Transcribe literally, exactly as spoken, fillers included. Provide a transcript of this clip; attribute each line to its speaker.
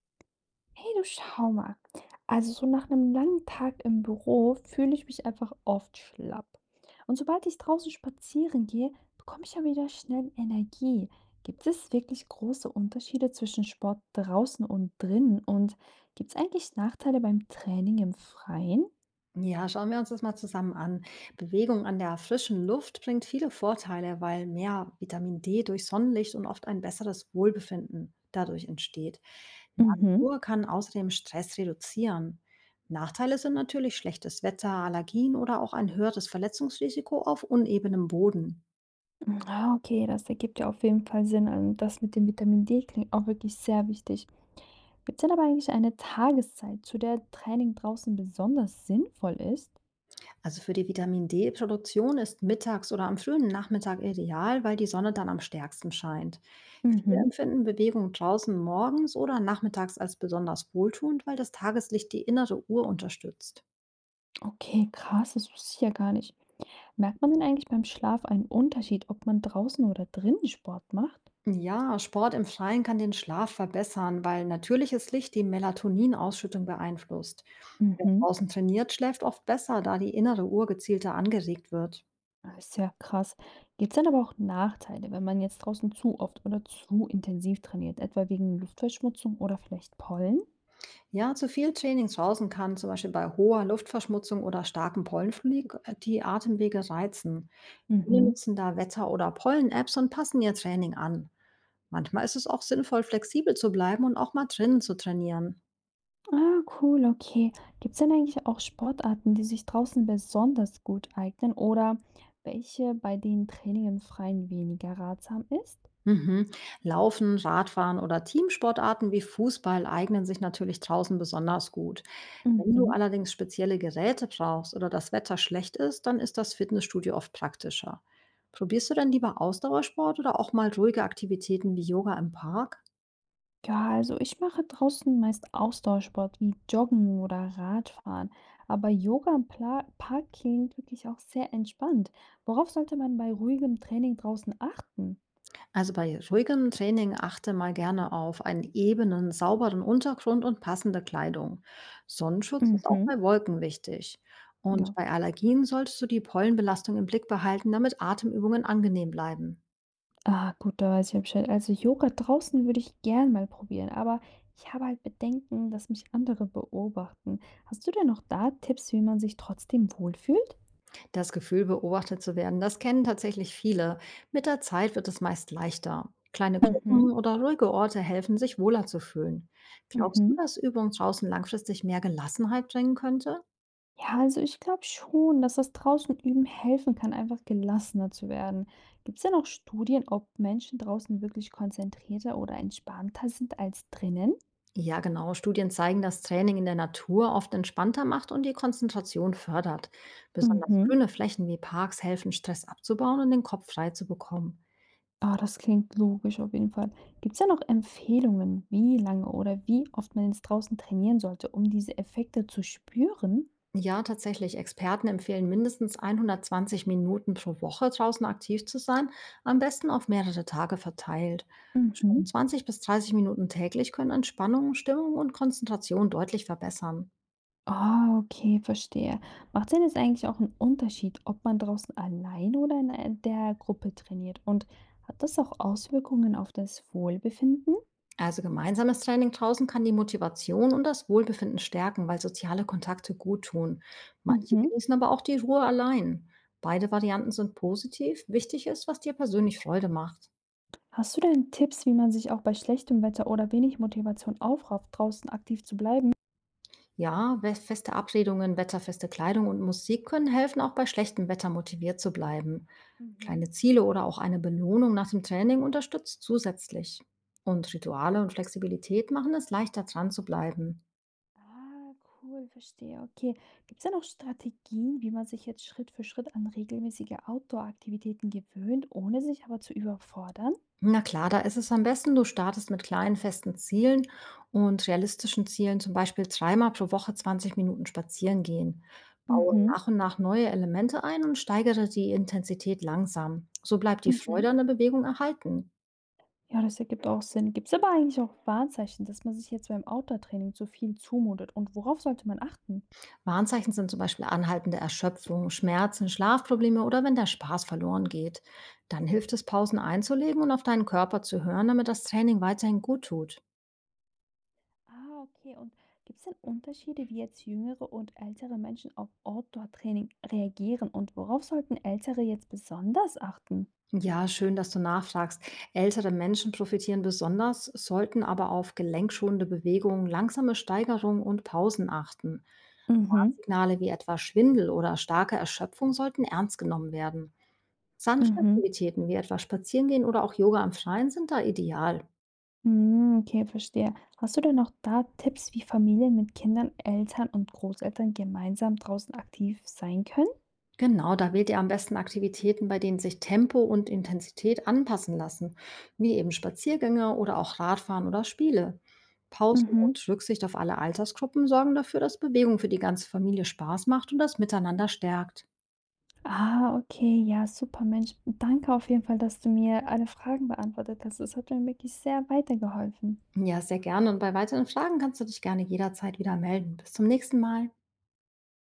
Speaker 1: Hey, du schau mal. Also so nach einem langen Tag im Büro fühle ich mich einfach oft schlapp. Und sobald ich draußen spazieren gehe, bekomme ich ja wieder schnell Energie. Gibt es wirklich große Unterschiede zwischen Sport draußen und drinnen? Und gibt es eigentlich Nachteile beim Training im Freien?
Speaker 2: Ja, schauen wir uns das mal zusammen an. Bewegung an der frischen Luft bringt viele Vorteile, weil mehr Vitamin D durch Sonnenlicht und oft ein besseres Wohlbefinden dadurch entsteht.
Speaker 1: Mhm.
Speaker 2: Natur kann außerdem Stress reduzieren. Nachteile sind natürlich schlechtes Wetter, Allergien oder auch ein höheres Verletzungsrisiko auf unebenem Boden.
Speaker 1: Ah, okay, das ergibt ja auf jeden Fall Sinn. Also das mit dem Vitamin D klingt auch wirklich sehr wichtig. Gibt's denn aber eigentlich eine Tageszeit, zu der Training draußen besonders sinnvoll ist?
Speaker 2: Also für die Vitamin D-Produktion ist mittags oder am frühen Nachmittag ideal, weil die Sonne dann am stärksten scheint. Viele
Speaker 1: Mhm.
Speaker 2: empfinden Bewegung draußen morgens oder nachmittags als besonders wohltuend, weil das Tageslicht die innere Uhr unterstützt.
Speaker 1: Okay, krass, das wusste ich ja gar nicht. Merkt man denn eigentlich beim Schlaf einen Unterschied, ob man draußen oder drinnen Sport macht?
Speaker 2: Ja, Sport im Freien kann den Schlaf verbessern, weil natürliches Licht die Melatoninausschüttung beeinflusst. Wer
Speaker 1: Mhm.
Speaker 2: draußen trainiert, schläft oft besser, da die innere Uhr gezielter angeregt wird.
Speaker 1: Das ist ja krass. Gibt es dann aber auch Nachteile, wenn man jetzt draußen zu oft oder zu intensiv trainiert, etwa wegen Luftverschmutzung oder vielleicht Pollen?
Speaker 2: Ja, zu viel Training draußen kann zum Beispiel bei hoher Luftverschmutzung oder starkem Pollenflug äh, die Atemwege reizen. Viele
Speaker 1: Mhm.
Speaker 2: nutzen da Wetter- oder Pollen-Apps und passen ihr Training an. Manchmal ist es auch sinnvoll, flexibel zu bleiben und auch mal drinnen zu trainieren.
Speaker 1: Ah, cool, okay. Gibt es denn eigentlich auch Sportarten, die sich draußen besonders gut eignen oder welche, bei denen Training im Freien weniger ratsam ist?
Speaker 2: Mhm. Laufen, Radfahren oder Teamsportarten wie Fußball eignen sich natürlich draußen besonders gut. Wenn du
Speaker 1: Mhm.
Speaker 2: allerdings spezielle Geräte brauchst oder das Wetter schlecht ist, dann ist das Fitnessstudio oft praktischer. Probierst du denn lieber Ausdauersport oder auch mal ruhige Aktivitäten wie Yoga im Park?
Speaker 1: Ja, also ich mache draußen meist Ausdauersport wie Joggen oder Radfahren, aber Yoga im Pla Park klingt wirklich auch sehr entspannt. Worauf sollte man bei ruhigem Training draußen achten?
Speaker 2: Also bei ruhigem Training achte mal gerne auf einen ebenen, sauberen Untergrund und passende Kleidung. Sonnenschutz ist auch
Speaker 1: Mhm,
Speaker 2: bei Wolken wichtig. Und
Speaker 1: ja.
Speaker 2: bei Allergien solltest du die Pollenbelastung im Blick behalten, damit Atemübungen angenehm bleiben.
Speaker 1: Ah, gut, da weiß ich ja Bescheid. Also Yoga draußen würde ich gern mal probieren, aber ich habe halt Bedenken, dass mich andere beobachten. Hast du denn noch da Tipps, wie man sich trotzdem wohlfühlt?
Speaker 2: Das Gefühl, beobachtet zu werden, das kennen tatsächlich viele. Mit der Zeit wird es meist leichter. Kleine
Speaker 1: Mhm,
Speaker 2: Gruppen oder ruhige Orte helfen, sich wohler zu fühlen. Glaubst du,
Speaker 1: mhm.
Speaker 2: dass Übung draußen langfristig mehr Gelassenheit bringen könnte?
Speaker 1: Ja, also ich glaube schon, dass das draußen üben helfen kann, einfach gelassener zu werden. Gibt es denn auch Studien, ob Menschen draußen wirklich konzentrierter oder entspannter sind als drinnen?
Speaker 2: Ja, genau. Studien zeigen, dass Training in der Natur oft entspannter macht und die Konzentration fördert. Besonders
Speaker 1: Mhm.
Speaker 2: grüne Flächen wie Parks helfen, Stress abzubauen und den Kopf frei zu bekommen.
Speaker 1: Ah, das klingt logisch auf jeden Fall. Gibt es denn auch Empfehlungen, wie lange oder wie oft man jetzt draußen trainieren sollte, um diese Effekte zu spüren?
Speaker 2: Ja, tatsächlich. Experten empfehlen mindestens hundertzwanzig Minuten pro Woche draußen aktiv zu sein, am besten auf mehrere Tage verteilt.
Speaker 1: Mhm.
Speaker 2: Schon zwanzig bis dreißig Minuten täglich können Entspannung, Stimmung und Konzentration deutlich verbessern.
Speaker 1: Ah, okay, verstehe. Macht denn jetzt eigentlich auch 'n Unterschied, ob man draußen allein oder in ei der Gruppe trainiert? Und hat das auch Auswirkungen auf das Wohlbefinden?
Speaker 2: Also gemeinsames Training draußen kann die Motivation und das Wohlbefinden stärken, weil soziale Kontakte gut tun. Manche
Speaker 1: Mhm.
Speaker 2: genießen aber auch die Ruhe allein. Beide Varianten sind positiv. Wichtig ist, was dir persönlich Freude macht.
Speaker 1: Hast du denn Tipps, wie man sich auch bei schlechtem Wetter oder wenig Motivation aufrafft, draußen aktiv zu bleiben?
Speaker 2: Ja, we- feste Abredungen, wetterfeste Kleidung und Musik können helfen, auch bei schlechtem Wetter motiviert zu bleiben.
Speaker 1: Mhm.
Speaker 2: Kleine Ziele oder auch eine Belohnung nach dem Training unterstützt zusätzlich. Und Rituale und Flexibilität machen es leichter dran zu bleiben.
Speaker 1: Ah, cool, verstehe, okay. Gibt's denn auch Strategien, wie man sich jetzt Schritt für Schritt an regelmäßige Outdoor-Aktivitäten gewöhnt, ohne sich aber zu überfordern?
Speaker 2: Na klar, da ist es am besten, du startest mit kleinen festen Zielen und realistischen Zielen, zum Beispiel dreimal pro Woche zwanzig Minuten spazieren gehen. Baue
Speaker 1: Mhm,
Speaker 2: nach und nach neue Elemente ein und steigere die Intensität langsam. So bleibt die
Speaker 1: mhm.
Speaker 2: Freude an der Bewegung erhalten.
Speaker 1: Ja, das ergibt auch Sinn. Gibt es aber eigentlich auch Warnzeichen, dass man sich jetzt beim Outdoor-Training zu viel zumutet? Und worauf sollte man achten?
Speaker 2: Warnzeichen sind zum Beispiel anhaltende Erschöpfung, Schmerzen, Schlafprobleme oder wenn der Spaß verloren geht. Dann hilft es, Pausen einzulegen und auf deinen Körper zu hören, damit das Training weiterhin gut tut.
Speaker 1: Ah, okay. Und gibt es denn Unterschiede, wie jetzt jüngere und ältere Menschen auf Outdoor-Training reagieren? Und worauf sollten Ältere jetzt besonders achten?
Speaker 2: Ja, schön, dass du nachfragst. Ältere Menschen profitieren besonders, sollten aber auf gelenkschonende Bewegungen, langsame Steigerung und Pausen achten.
Speaker 1: Mhm,
Speaker 2: Warnsignale wie etwa Schwindel oder starke Erschöpfung sollten ernst genommen werden. Sanfte
Speaker 1: mhm.
Speaker 2: Aktivitäten wie etwa Spazierengehen oder auch Yoga am Freien sind da ideal.
Speaker 1: Mm, okay, verstehe. Hast du denn noch da Tipps, wie Familien mit Kindern, Eltern und Großeltern gemeinsam draußen aktiv sein können?
Speaker 2: Genau, da wählt ihr am besten Aktivitäten, bei denen sich Tempo und Intensität anpassen lassen, wie eben Spaziergänge oder auch Radfahren oder Spiele. Pausen
Speaker 1: Mhm.
Speaker 2: und Rücksicht auf alle Altersgruppen sorgen dafür, dass Bewegung für die ganze Familie Spaß macht und das Miteinander stärkt.
Speaker 1: Ah, okay, ja, super, Mensch. Danke auf jeden Fall, dass du mir alle Fragen beantwortet hast. Es hat mir wirklich sehr weitergeholfen.
Speaker 2: Ja, sehr gerne. Und bei weiteren Fragen kannst du dich gerne jederzeit wieder melden. Bis zum nächsten Mal.